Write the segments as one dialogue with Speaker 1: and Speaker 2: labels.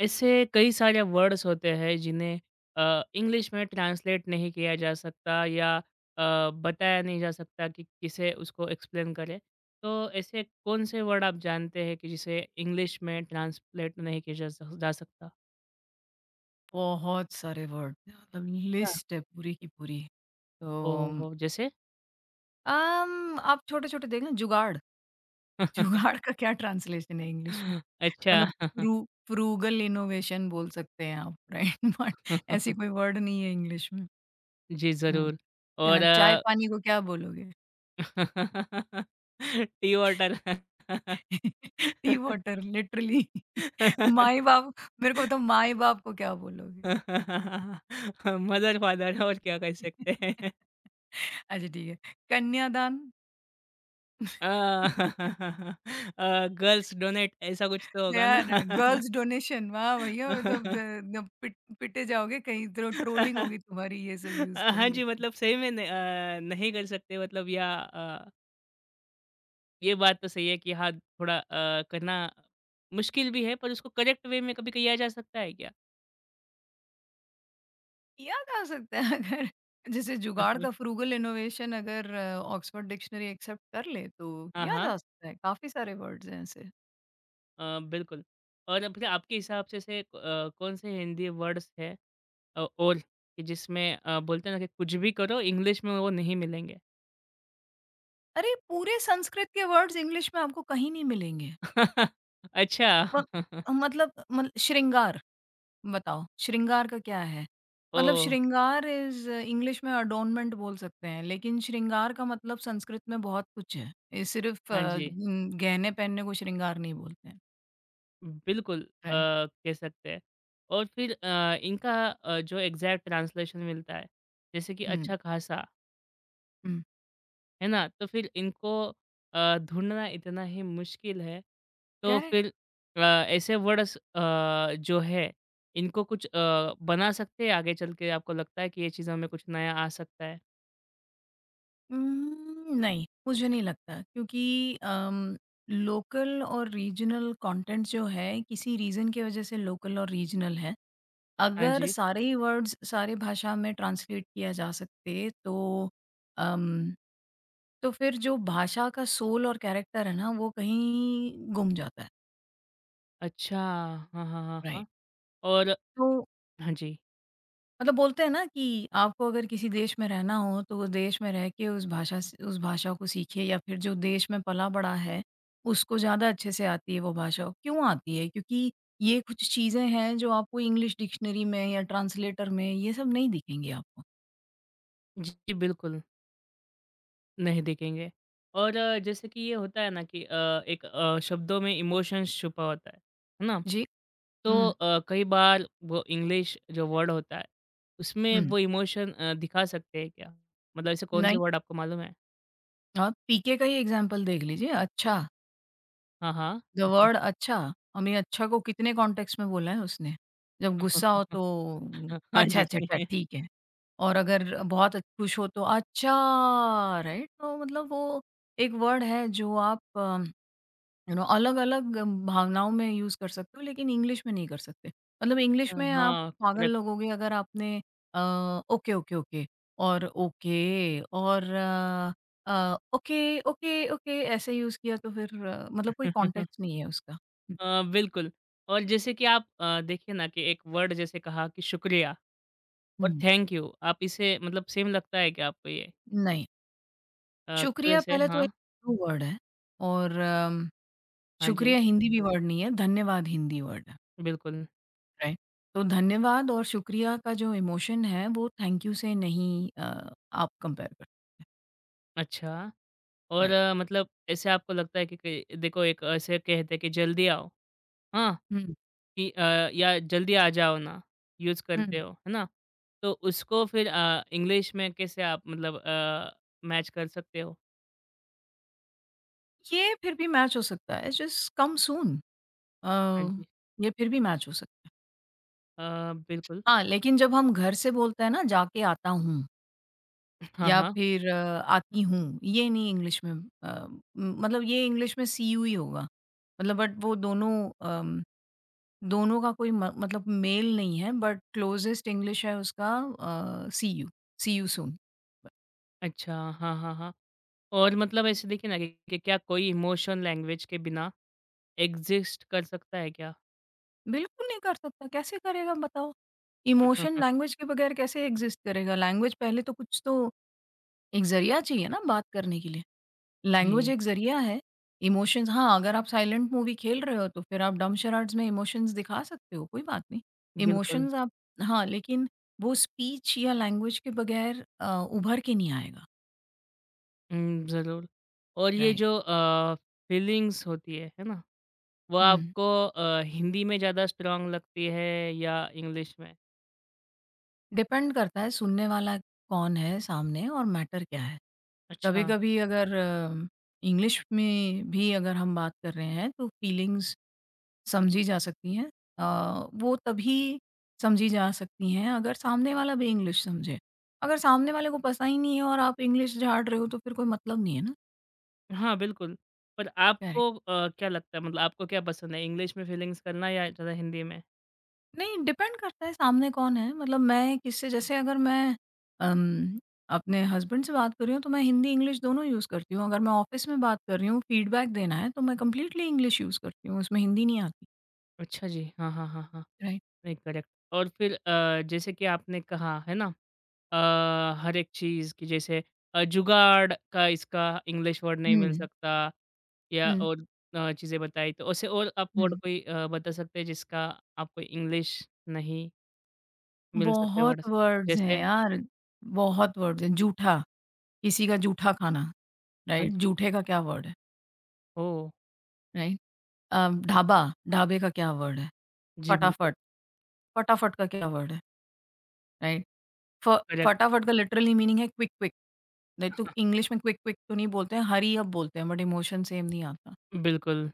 Speaker 1: ऐसे कई सारे वर्ड्स होते हैं जिन्हें इंग्लिश में ट्रांसलेट नहीं किया जा सकता या बताया नहीं जा सकता कि किसे उसको एक्सप्लेन करे। तो ऐसे कौन से वर्ड आप जानते हैं कि जिसे इंग्लिश में ट्रांसलेट नहीं किया जा सक जा सकता?
Speaker 2: बहुत सारे वर्ड मतलब
Speaker 1: अच्छा।
Speaker 2: लिस्ट है पूरी की पूरी। तो
Speaker 1: ओहो! जैसे?
Speaker 2: आप छोटे-छोटे देख लें जुगाड़। जुगाड़ का क्या ट्रांसलेशन है इंग्लिश में? मतलब
Speaker 1: अच्छा।
Speaker 2: फ्रूगल इनोवेशन बोल सकते हैं आप राइट बट ऐसी कोई वर्ड नहीं है इंग्लिश में।
Speaker 1: जी,
Speaker 2: हुँ।
Speaker 1: ज़रूर। और
Speaker 2: यहाँ चाय-पानी को क्या बोलोगे?
Speaker 1: Tea water.
Speaker 2: Tea water literally. माई-बाप, मेरे को बताओ माई-बाप को क्या बोलोगे?
Speaker 1: मदर फादर और क्या कर सकते हैं।
Speaker 2: अच्छा, ठीक है, कन्यादान।
Speaker 1: अ, अ, गर्ल्स डोनेट ऐसा कुछ तो होगा
Speaker 2: नया न
Speaker 1: ना?
Speaker 2: Girls donation. वाह! भैया मतलब द द पिटे जाओगे कहीं तो ट्रोलिंग होगी तुम्हारी, ये सब यूज़
Speaker 1: हाँ
Speaker 2: करोगे
Speaker 1: जी,
Speaker 2: तो।
Speaker 1: मतलब सही में न नहीं कर सकते, मतलब या ये बात तो सही है कि हाँ, थोड़ा करना मुश्किल भी है, पर उसको करेक्ट वे में कभी किया जा सकता है क्या?
Speaker 2: किया जा सकता है अगर, जैसे जुगाड़ का फ्रूगल इनोवेशन अगर ऑक्सफोर्ड डिक्शनरी एक्सेप्ट कर ले तो
Speaker 1: हाँ,
Speaker 2: किया
Speaker 1: हाँ।
Speaker 2: जा सकता है। काफ़ी सारे वर्ड्स हैं ऐसे।
Speaker 1: बिल्कुल। और फिर आपके हिसाब से कौन-से हिंदी वर्ड्स हैं और कि जिसमें बोलते हैं ना कि कुछ भी करो, इंग्लिश में वो नहीं मिलेंगे।
Speaker 2: अरे! पूरे संस्कृत के वर्ड्स इंग्लिश में आपको कहीं नहीं मिलेंगे।
Speaker 1: अच्छा।
Speaker 2: म मतलब मल श्रृंगार। बताओ, श्रृंगार का क्या है? मतलब
Speaker 1: ओह!
Speaker 2: श्रृंगार इज़ इंग्लिश में एडोर्नमेंट बोल सकते हैं, लेकिन श्रृंगार का मतलब संस्कृत में बहुत कुछ है। ये सिर्फ़
Speaker 1: हाँ जी,
Speaker 2: गहने पहनने को श्रृंगार नहीं बोलते हैं।
Speaker 1: बिल्कुल
Speaker 2: राइट।
Speaker 1: कह सकते हैं। और फिर इनका जो एग्ज़ैक्ट ट्रांसलेशन मिलता है, जैसे कि
Speaker 2: हुँ,
Speaker 1: अच्छा खासा,
Speaker 2: हुँ।
Speaker 1: है ना? तो फिर इनको ढूँढना इतना ही मुश्किल है। तो
Speaker 2: करेक्ट।
Speaker 1: फिर अ, ऐसे वर्ड्स जो है, इनको कुछ बना सकते हैं आगे चल के? आपको लगता है कि ये चीज़ हमें कुछ नया आ सकता है?
Speaker 2: नहीं, मुझे नहीं लगता क्योंकि अम, लोकल और रीजनल कंटेंट जो है, किसी रीज़न की वज़ह से लोकल और रीजनल है।
Speaker 1: हाँ
Speaker 2: अगर
Speaker 1: जी।
Speaker 2: सारे ही वर्ड्स सारे भाषा में ट्रांसलेट किया जा सकते, तो अम तो फिर जो भाषा का सोल और कैरेक्टर है ना, वो कहीं गुम जाता है।
Speaker 1: अच्छा, हाँ, हाँ, हाँ, हाँ।
Speaker 2: राइट।
Speaker 1: और
Speaker 2: तो
Speaker 1: हाँ जी।
Speaker 2: मतलब बोलते हैं ना कि आपको अगर किसी देश में रहना हो, तो वो देश में रह के उस भाषा को सीखिए, या फिर जो देश में पला-बड़ा है, उसको ज़्यादा अच्छे से आती है वो भाषा। क्यों आती है? क्योंकि ये कुछ चीज़ें हैं जो आपको इंग्लिश डिक्शनरी में या ट्रांसलेटर में ये सब नहीं दिखेंगी आपको।
Speaker 1: जी, बिल्कुल, नहीं दिखेंगे। और जैसे कि ये होता है ना कि एक शब्दों में इमोशंस छुपा होता है ना?
Speaker 2: जी।
Speaker 1: तो
Speaker 2: हुँ,
Speaker 1: कई बार वो इंग्लिश जो वर्ड होता है, उसमें
Speaker 2: हुँ।
Speaker 1: वो इमोशन दिखा सकते हैं क्या? मतलब ऐसे कौन-से
Speaker 2: नहीं।
Speaker 1: वर्ड आपको मालूम है?
Speaker 2: आप पीके का ही एग्ज़ाम्पल देख लीजिए। अच्छा।
Speaker 1: हाँ, हाँ।
Speaker 2: द वर्ड अच्छा, हमें अच्छा को कितने कॉन्टेक्स्ट में बोला है उसने? जब गुस्सा हो तो
Speaker 1: हाँ
Speaker 2: अच्छा,
Speaker 1: जी।
Speaker 2: अच्छा, अच्छा ठीक है। और अगर बहुत खुश हो तो अच्छा, राइट? तो मतलब वो एक वर्ड है जो आप यू नो अलग-अलग भावनाओं में यूज़ कर सकते हो, लेकिन इंग्लिश में नहीं कर सकते। मतलब इंग्लिश में आप
Speaker 1: हाँ,
Speaker 2: पागल
Speaker 1: करेक्ट।
Speaker 2: लगोगे अगर आपने अ, ओके, ओके, ओके और ओके और ओके, ओके, ओके ऐसे यूज़ किया, तो फिर मतलब कोई कॉन्टेक्स्ट नहीं है उसका। हुँ,
Speaker 1: बिल्कुल। और जैसे कि आप देखिए ना कि एक वर्ड जैसे कहा कि शुक्रिया। और
Speaker 2: हुँ।
Speaker 1: थैंक यू, आप इसे मतलब सेम लगता है क्या आपको? ये
Speaker 2: नहीं, शुक्रिया
Speaker 1: QS है?
Speaker 2: पहले तो एक
Speaker 1: हाँ,
Speaker 2: न्यू वर्ड है और
Speaker 1: हाँ जी,
Speaker 2: शुक्रिया हिंदी भी वर्ड नहीं है, धन्यवाद हिंदी वर्ड है।
Speaker 1: बिल्कुल।
Speaker 2: राइट। तो धन्यवाद और शुक्रिया का जो इमोशन है, वो थैंक यू से नहीं आप कंपेयर कर सकते हैं।
Speaker 1: अच्छा। और
Speaker 2: राइट।
Speaker 1: मतलब ऐसे आपको लगता है कि देखो, एक ऐसे कहते हैं कि जल्दी आओ, हाँ?
Speaker 2: हुँ,
Speaker 1: कि या जल्दी आ जाओ ना, यूज़ करते
Speaker 2: हुँ।
Speaker 1: हो, है ना? तो उसको फिर इंग्लिश में कैसे आप मतलब मैच कर सकते हो?
Speaker 2: ये फिर भी मैच हो सकता है, जस्ट कम सून।
Speaker 1: हाँ
Speaker 2: अ,
Speaker 1: जी।
Speaker 2: ये फिर भी मैच हो सकता है।
Speaker 1: बिल्कुल।
Speaker 2: हाँ, लेकिन जब हम घर से बोलते हैं ना जाके आता हूँ
Speaker 1: हाँ,
Speaker 2: या
Speaker 1: हाँ।
Speaker 2: फिर आती हूँ, ये नहीं इंग्लिश में अ, म- मतलब ये इंग्लिश में सी यू ही होगा। मतलब बट वो दोनों अम दोनों का कोई म मतलब मेल नहीं है, बट क्लोज़ेस्ट इंग्लिश है उसका अ, सी यू, सी यू सून। ब
Speaker 1: अच्छा, हाँ, हाँ, हाँ। और मतलब ऐसे देखिए ना कि क्या कोई इमोशन लैंग्वेज के बिना एग्ज़िस्ट कर सकता है क्या?
Speaker 2: बिल्कुल नहीं कर सकता, कैसे करेगा बताओ? इमोशन लैंग्वेज के बगैर कैसे एक्ज़िस्ट करेगा? लैंग्वेज पहले तो कुछ तो एक ज़रिया चाहिए ना बात करने के लिए। लैंग्वेज
Speaker 1: जी,
Speaker 2: एक ज़रिया है। इमोशंस, हाँ, अगर आप साइलेंट मूवी खेल रहे हो तो फिर आप डम्ब-शराड्स में इमोशंस दिखा सकते हो, कोई बात नहीं।
Speaker 1: बिल्कुल।
Speaker 2: इमोशंस आप हाँ, लेकिन वो स्पीच या लैंग्वेज के बगैर उभर के नहीं आएगा।
Speaker 1: ज़रूर। और ये
Speaker 2: राइट।
Speaker 1: जो फीलिंग्स होती है ना? वो
Speaker 2: हुँ।
Speaker 1: आपको हिंदी में ज़्यादा स्ट्रॉन्ग लगती है या इंग्लिश में?
Speaker 2: डिपेंड करता है, सुनने वाला कौन है सामने और मैटर क्या है।
Speaker 1: अच्छा।
Speaker 2: कभी-कभी अगर इंग्लिश में भी अगर हम बात कर रहे हैं तो फीलिंग्स समझी जा सकती हैं। वो तभी समझी जा सकती हैं अगर सामने वाला भी इंग्लिश समझे। अगर सामने वाले को पता ही नहीं है और आप इंग्लिश झाड़ रहे हो तो फिर कोई मतलब नहीं है ना।
Speaker 1: हाँ, बिल्कुल। पर
Speaker 2: करेक्ट।
Speaker 1: आपको क्या लगता है, मतलब आपको क्या पसंद है, इंग्लिश में फीलिंग्स करना या ज़्यादा हिंदी में?
Speaker 2: नहीं, डिपेंड करता है सामने कौन है। मतलब मैं किससे, जैसे अगर अम, अपने हस्बैंड से बात कर रही हूँ, तो मैं हिंदी, इंग्लिश दोनों यूज़ करती हूँ। अगर मैं ऑफ़िस में बात कर रही हूँ, फ़ीडबैक देना है, तो मैं कंप्लीटली इंग्लिश यूज़ करती हूँ, उसमें हिंदी नहीं आती।
Speaker 1: अच्छा जी। हाँ, हाँ, हाँ, हाँ।
Speaker 2: राइट।
Speaker 1: नहीं, करेक्ट। और फिर जैसे कि आपने कहा, है ना? अ, हर एक चीज़ की, जैसे जुगाड़ का, इसका इंग्लिश वर्ड नहीं मिल
Speaker 2: हुँ,
Speaker 1: सकता। या
Speaker 2: हुँ,
Speaker 1: और चीज़ें बताई, तो ऐसे और आप वर्ड
Speaker 2: हुँ।
Speaker 1: कोई बता सकते हैं जिसका आपको इंग्लिश नहीं मिल सकते
Speaker 2: बहुत
Speaker 1: वर्ड्स?
Speaker 2: वर्ड्स हैं
Speaker 1: जैसे
Speaker 2: यार, बहुत वर्ड्स हैं। जूठा, किसी का जूठा खाना,
Speaker 1: हाँ
Speaker 2: राइट?
Speaker 1: जी।
Speaker 2: जूठे का क्या वर्ड है?
Speaker 1: ओह!
Speaker 2: राइट। ढाबा, ढाबे का क्या वर्ड है?
Speaker 1: जी, बिल्कुल।
Speaker 2: फटाफट, फटाफट का क्या वर्ड है? राइट? फ
Speaker 1: करेक्ट,
Speaker 2: फटाफट का लिटरली मीनिंग है क्विक क्विक। नहीं तो इंग्लिश में क्विक क्विक तो नहीं बोलते हैं, हरी अप बोलते हैं, बट इमोशन सेम नहीं आता।
Speaker 1: बिल्कुल।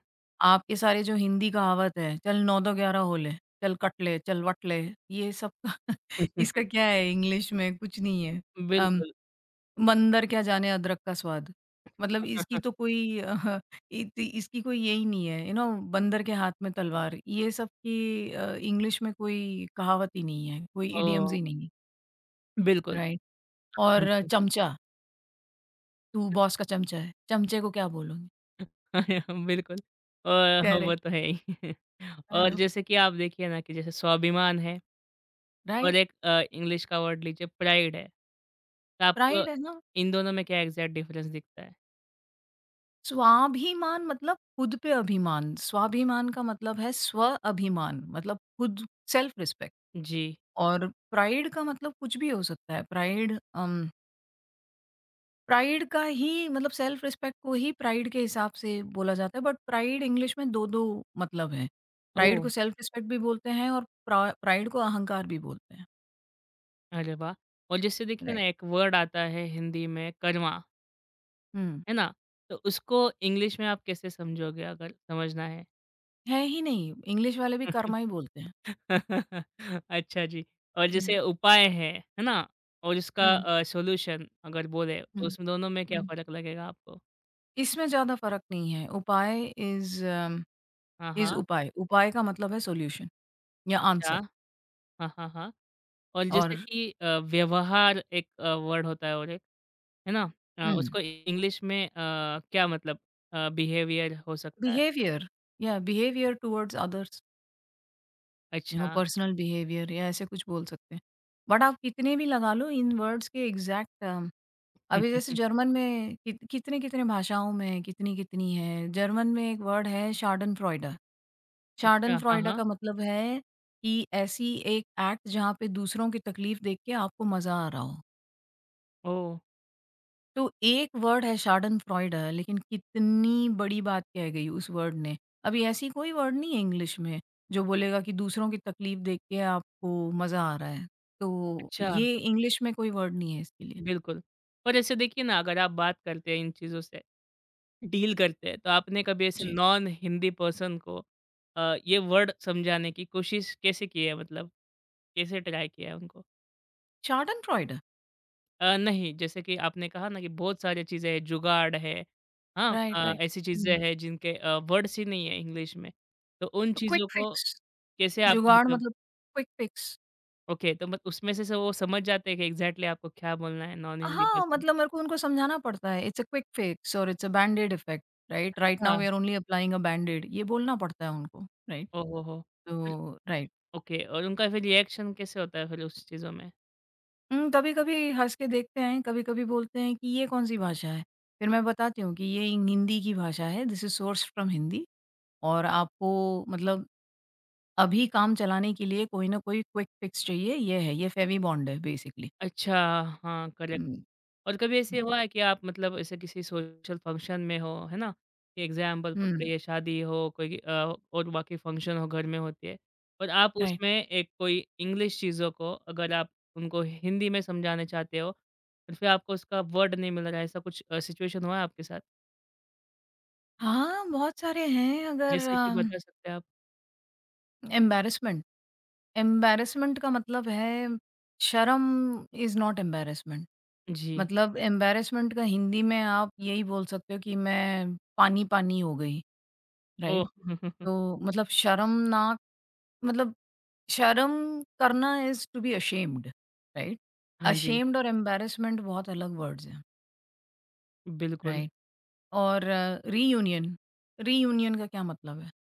Speaker 2: आपके सारे जो हिंदी कहावत है, चल 9-2-11 हो ले, चल कट ले, चल वट ले, ये सब इसका क्या है, इंग्लिश में कुछ नहीं है। अम,
Speaker 1: बिल्कुल।
Speaker 2: मंदर क्या जाने अदरक का स्वाद, मतलब इसकी तो कोई अ, इत इसकी कोई यही नहीं है, यू नो बंदर के हाथ में तलवार, ये सब की इंग्लिश में कोई कहावत ही नहीं है, कोई इडियम्स
Speaker 1: ओह!
Speaker 2: ही नहीं है,
Speaker 1: बिल्कुल,
Speaker 2: राइट?
Speaker 1: हाँ
Speaker 2: और
Speaker 1: जी।
Speaker 2: चमचा, तू बॉस का चमचा है, चमचे को क्या बोलोगे?
Speaker 1: बिल्कुल। और हाँ, वो
Speaker 2: करेक्ट।
Speaker 1: तो है ही।
Speaker 2: आई
Speaker 1: और
Speaker 2: नो,
Speaker 1: जैसे कि आप देखिए ना कि जैसे स्वाभिमान है, और
Speaker 2: राइट।
Speaker 1: एक इंग्लिश का वर्ड लीजिए प्राइड है, तो आपको
Speaker 2: प्राइड है ना,
Speaker 1: इन दोनों में क्या एग्ज़ैक्ट डिफ़रेंस दिखता है?
Speaker 2: स्वाभिमान मतलब खुद पे अभिमान, स्वाभिमान का मतलब है स्व, अभिमान मतलब खुद, सेल्फ रिस्पेक्ट।
Speaker 1: जी।
Speaker 2: और प्राइड का मतलब कुछ भी हो सकता है। प्राइड का ही मतलब, सेल्फ रिस्पेक्ट को ही प्राइड के हिसाब से बोला जाता है, बट प्राइड इंग्लिश में 2-2 मतलब हैं। प्राइड
Speaker 1: ओह!
Speaker 2: को सेल्फ रिस्पेक्ट भी बोलते हैं और प्राइड को अहंकार भी बोलते हैं।
Speaker 1: अरे वाह! और जैसे देखिए ना,
Speaker 2: राइट।
Speaker 1: एक वर्ड आता है हिंदी में कर्मा,
Speaker 2: हुँ।
Speaker 1: है ना? तो उसको इंग्लिश में आप कैसे समझोगे अगर समझना है?
Speaker 2: है ही नहीं, इंग्लिश वाले भी कर्मा ही बोलते हैं।
Speaker 1: अच्छा जी। और
Speaker 2: हुँ,
Speaker 1: जैसे उपाय है ना? और इसका
Speaker 2: हुँ,
Speaker 1: सॉल्यूशन अगर बोले, तो उसमें दोनों में क्या
Speaker 2: हुँ।
Speaker 1: फ़र्क लगेगा आपको?
Speaker 2: इसमें ज़्यादा फ़र्क नहीं है। उपाय इज़
Speaker 1: हाँ,
Speaker 2: इज़
Speaker 1: हाँ।
Speaker 2: उपाय। उपाय का मतलब है सॉल्यूशन या
Speaker 1: अच्छा।
Speaker 2: आंसर।
Speaker 1: हाँ, हाँ, हाँ। और जैसे
Speaker 2: और
Speaker 1: कि व्यवहार एक वर्ड होता है और एक, है ना?
Speaker 2: हुँ,
Speaker 1: उसको इंग्लिश में क्या मतलब बिहेवियर हो सकता है?
Speaker 2: बिहेवियर या behaviour towards others, you know
Speaker 1: अच्छा।
Speaker 2: पर्सनल बिहेवियर या ऐसे कुछ बोल सकते हैं। बट आप कितने भी लगा लो इन वर्ड्स के एग्ज़ैक्ट, अभी
Speaker 1: हुँ,
Speaker 2: जैसे जर्मन में कितने-कितने भाषाओं में कितनी-कितनी है। जर्मन में एक वर्ड है शाडनफ्रॉयडा।
Speaker 1: अच्छा। हाँ,
Speaker 2: शाडनफ्रॉयडा
Speaker 1: हाँ।
Speaker 2: का मतलब है कि ऐसी एक एक्ट जहाँ पे दूसरों की तकलीफ़ देख के आपको मज़ा आ रहा हो।
Speaker 1: ओह!
Speaker 2: तो एक वर्ड है शार्डनफ्रॉयड है, लेकिन कितनी बड़ी बात कह गई उस वर्ड ने। अभी ऐसी कोई वर्ड नहीं है इंग्लिश में, जो बोलेगा कि दूसरों की तकलीफ़ देख के आपको मज़ा आ रहा है। तो
Speaker 1: अच्छा,
Speaker 2: ये इंग्लिश में कोई वर्ड नहीं है इसके लिए।
Speaker 1: बिल्कुल। और ऐसे देखिए ना, अगर आप बात करते हैं इन चीज़ों से, डील करते हैं, तो आपने कभी ऐसे
Speaker 2: जी,
Speaker 1: नॉन हिंदी पर्सन को ये वर्ड समझाने की कोशिश कैसे की है, मतलब कैसे ट्राई किया है उनको?
Speaker 2: शार्डनफ्रॉयड।
Speaker 1: नहीं, जैसे कि आपने कहा ना कि बहुत सारी चीज़ें हैं, जुगाड़ है, हाँ?
Speaker 2: Right, right.
Speaker 1: ऐसी चीज़ें
Speaker 2: हुँ।
Speaker 1: हैं जिनके वर्ड्स ही नहीं है इंग्लिश में, तो उन
Speaker 2: तो क्विक
Speaker 1: चीज़ों को
Speaker 2: फिक्स,
Speaker 1: कैसे आप
Speaker 2: जुगाड़
Speaker 1: मतलब,
Speaker 2: मतलब क्विक फिक्स।
Speaker 1: ओके, तो मत उसमें से वो समझ जाते हैं कि एग्ज़ैक्टली आपको क्या बोलना है नॉन हिंदी
Speaker 2: हाँ,
Speaker 1: पर्सन?
Speaker 2: मतलब मेरे को उनको समझाना पड़ता है इट्स अ क्विक फिक्स और it's a band aid effect. Right? Right
Speaker 1: अच्छा,
Speaker 2: now we are only applying a band aid, ये बोलना पड़ता है उनको। राइट?
Speaker 1: ओह हो, हो!
Speaker 2: तो राइट।
Speaker 1: ओके, और उनका फिर रिएक्शन कैसे होता है फिर उस चीज़ों में?
Speaker 2: हुँ। कभी-कभी हँस के देखते हैं, कभी-कभी बोलते हैं कि ये कौन-सी भाषा है? फिर मैं बताती हूँ कि ये हिंदी की भाषा है, this is sourced from Hindi, और आपको मतलब अभी काम चलाने के लिए कोई ना कोई क्विक फिक्स चाहिए, ये है, ये फेविबॉन्ड है बेसिकली।
Speaker 1: अच्छा, हाँ, करेक्ट।
Speaker 2: हुँ,
Speaker 1: और कभी ऐसे
Speaker 2: हुँ,
Speaker 1: हुआ है कि आप मतलब ऐसे किसी सोशल फंक्शन में हो, है ना? कि एग्ज़ाम्पल
Speaker 2: हुँ,
Speaker 1: पकड़िए शादी हो, कोई और बाकी फंक्शन हो, घर में होती है, और आप
Speaker 2: राइट।
Speaker 1: उसमें एक कोई इंग्लिश चीज़ों को अगर आप उनको हिंदी में समझाना चाहते हो और फिर आपको उसका वर्ड नहीं मिल रहा है, ऐसा कुछ सिचुएशन हुआ है आपके साथ?
Speaker 2: हाँ, बहुत सारे हैं अगर,
Speaker 1: जैसे कि बता सकते हैं आप?
Speaker 2: एम्बैरेसमेंट। एम्बैरेसमेंट का मतलब है शर्म इज़ नॉट एम्बैरेसमेंट।
Speaker 1: जी।
Speaker 2: मतलब एम्बैरेसमेंट का हिंदी में आप यही बोल सकते हो कि मैं पानी-पानी हो गई, राइट?
Speaker 1: ओह!
Speaker 2: तो मतलब शर्मनाक, मतलब शर्म करना is to be ashamed, right?
Speaker 1: हाँ जी,
Speaker 2: अशेम्ड और एम्बैरेसमेंट बहुत अलग वर्ड्स हैं,
Speaker 1: बिल्कुल।
Speaker 2: राइट? और रीयूनियन, रीयूनियन का क्या मतलब है?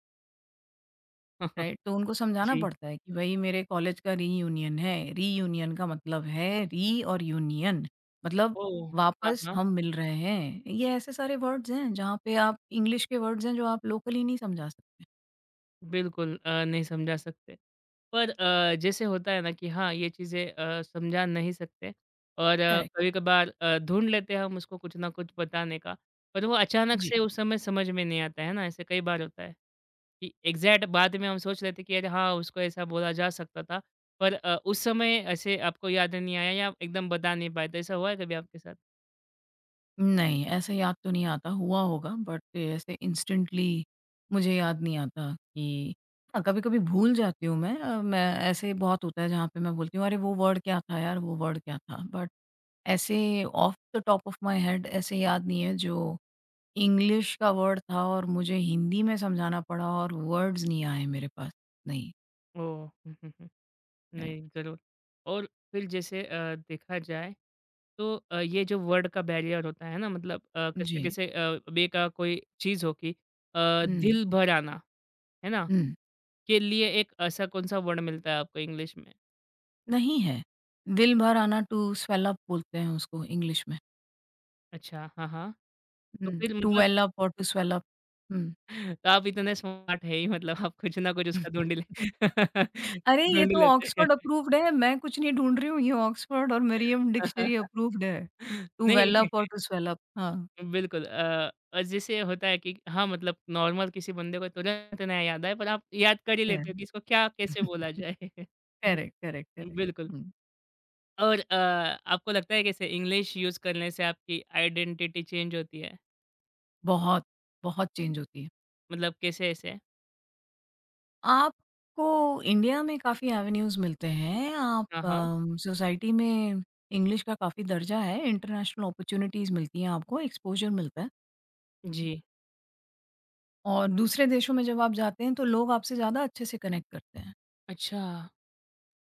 Speaker 2: राइट। तो उनको समझाना
Speaker 1: जी।
Speaker 2: पड़ता है कि भाई मेरे कॉलेज का रीयूनियन है, रीयूनियन का मतलब है री और यूनियन। मतलब
Speaker 1: ओह! हाँ,
Speaker 2: वापस
Speaker 1: हाँ।
Speaker 2: हम मिल रहे हैं, ये ऐसे सारे वर्ड्स हैं जहाँ पे आप इंग्लिश के वर्ड्स हैं जो आप लोकली नहीं समझा सकते।
Speaker 1: बिल्कुल नहीं समझा सकते। पर जैसे होता है ना कि हाँ, ये चीज़ें समझा नहीं सकते, और
Speaker 2: करेक्ट।
Speaker 1: कभी-कभार ढूँढ लेते हैं हम उसको कुछ ना कुछ बताने का, पर वो अचानक
Speaker 2: जी।
Speaker 1: से उस समय समझ में नहीं आता है ना। ऐसे कई बार होता है कि एग्ज़ैक्ट बाद में हम सोच लेते हैं कि अरे हाँ, उसको ऐसा बोला जा सकता था, पर उस समय ऐसे आपको याद नहीं आया या आप एकदम बता नहीं पाए, तो ऐसा हुआ है कभी आपके साथ?
Speaker 2: नहीं, ऐसे याद तो नहीं आता, हुआ होगा बट ऐसे इंस्टेंटली मुझे याद नहीं आता कि, हाँ, कभी कभी भूल जाती हूँ मैं। ऐसे बहुत होता है जहाँ पे मैं बोलती हूँ अरे वो वर्ड क्या था यार, वो वर्ड क्या था, बट ऐसे off the top of my head ऐसे याद नहीं है जो इंग्लिश का वर्ड था और मुझे हिंदी में समझाना पड़ा और वर्ड्स नहीं आए मेरे पास। नहीं,
Speaker 1: ओह! हुँ, हुँ, हुँ।
Speaker 2: राइट।
Speaker 1: नहीं, ज़रूर। और फिर जैसे देखा जाए, तो ये जो वर्ड का बैरियर होता है ना, मतलब कैसे
Speaker 2: जी।
Speaker 1: कैसे अ, बे का कोई चीज़ हो कि अ,
Speaker 2: हुँ,
Speaker 1: दिल भर आना, है ना?
Speaker 2: हुँ।
Speaker 1: के लिए एक ऐसा कौन-सा वर्ड मिलता है आपको इंग्लिश में?
Speaker 2: नहीं है। दिल भर आना, टू स्वेल अप बोलते हैं उसको इंग्लिश में।
Speaker 1: अच्छा, हाँ, हाँ। तो
Speaker 2: हुँ,
Speaker 1: फिर
Speaker 2: टू
Speaker 1: मतलब
Speaker 2: वेल अप और टू स्वेल अप। हुँ।
Speaker 1: तो आप इतने स्मार्ट है ही, मतलब आप कुछ ना कुछ उसका ढूँढ ही ले
Speaker 2: अरे ये
Speaker 1: ढूँढ ही
Speaker 2: तो
Speaker 1: लेते हैं।
Speaker 2: ऑक्सफोर्ड अप्रूव्ड है, मैं कुछ नहीं ढूँढ रही हूँ, ये ऑक्सफोर्ड और मरियम डिक्शनरी अप्रूव्ड है। टू वेल
Speaker 1: नहीं,
Speaker 2: अप और टू स्वेल अप। हाँ,
Speaker 1: बिल्कुल। और जैसे होता है कि हाँ, मतलब नॉर्मल किसी बंदे को तुरंत ना याद आए, पर आप याद कर ही लेते हो कि इसको
Speaker 2: करेक्ट।
Speaker 1: क्या कैसे बोला जाए?
Speaker 2: Correct, correct, correct.
Speaker 1: बिल्कुल।
Speaker 2: हुँ।
Speaker 1: और आपको लगता है कैसे इंग्लिश यूज़ करने से आपकी आइडेंटिटी चेंज होती है?
Speaker 2: बहुत, बहुत चेंज होती है।
Speaker 1: मतलब कैसे ऐसे?
Speaker 2: आपको इंडिया में काफ़ी एवेन्यूज़ मिलते हैं, आप
Speaker 1: हाँ, हाँ।
Speaker 2: सोसाइटी में, इंग्लिश का काफ़ी दर्जा है, इंटरनेशनल अपॉर्च्युनिटीज़ मिलती हैं आपको, एक्सपोज़र मिलता है
Speaker 1: जी।
Speaker 2: और दूसरे देशों में जब आप जाते हैं, तो लोग आपसे ज़्यादा अच्छे से कनेक्ट करते हैं,
Speaker 1: अच्छा,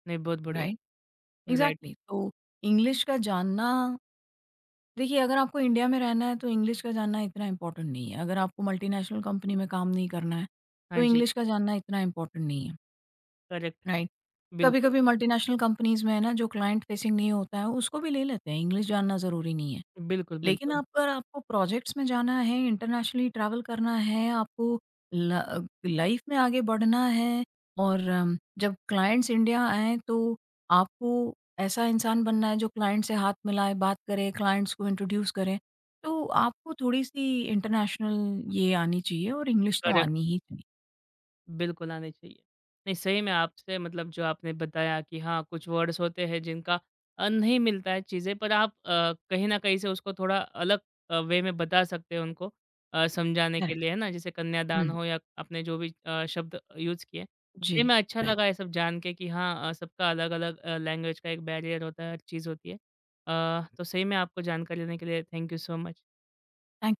Speaker 1: नहीं, बहुत बढ़िया।
Speaker 2: राइट?
Speaker 1: Right,
Speaker 2: exactly. तो इंग्लिश का जानना, देखिए अगर आपको इंडिया में रहना है, तो इंग्लिश का जानना इतना इम्पोर्टेंट नहीं है। अगर आपको मल्टीनेशनल कंपनी में काम नहीं करना है,
Speaker 1: हाँ
Speaker 2: तो
Speaker 1: जी,
Speaker 2: इंग्लिश का जानना इतना इम्पोर्टेंट नहीं है,
Speaker 1: करेक्ट,
Speaker 2: राइट?
Speaker 1: बिल्कुल।
Speaker 2: कभी-कभी मल्टीनेशनल कंपनीज़ में है ना, जो क्लाइंट फेसिंग नहीं होता है, उसको भी ले लेते हैं, इंग्लिश जानना ज़रूरी नहीं है।
Speaker 1: बिल्कुल,
Speaker 2: लेकिन
Speaker 1: बिल्कुल,
Speaker 2: आप, अगर आपको प्रोजेक्ट्स में जाना है, इंटरनेशनली ट्रैवल करना है, आपको ल लाइफ़ में आगे बढ़ना है और जब क्लाइंट्स इंडिया आएँ, तो आपको ऐसा इंसान बनना है, जो क्लाइंट से हाथ मिलाए, बात करे, क्लाइंट्स को इंट्रोड्यूस करे। तो आपको थोड़ी-सी इंटरनेशनल ये आनी चाहिए और इंग्लिश तो
Speaker 1: करेक्ट।
Speaker 2: आनी ही चाहिए।
Speaker 1: बिल्कुल आने चाहिए। नहीं, सही में आपसे मतलब, जो आपने बताया कि हाँ, कुछ वर्ड्स होते हैं जिनका नहीं मिलता है चीज़ें, पर आप कहीं न कहीं से उसको थोड़ा अलग वे में बता सकते हैं उनको समझाने के
Speaker 2: करेक्ट।
Speaker 1: लिए, है ना? जैसे कन्यादान
Speaker 2: हुँ।
Speaker 1: हो या आपने जो भी शब्द यूज़ किए।
Speaker 2: जी,
Speaker 1: सही में अच्छा
Speaker 2: राइट।
Speaker 1: लगा ये सब जान के कि हाँ, सबका अलग-अलग लैंग्वेज का एक बैरियर होता है, हर चीज़ होती है। तो सही में आपको जानकारी देने के लिए thank you so much.
Speaker 2: Thank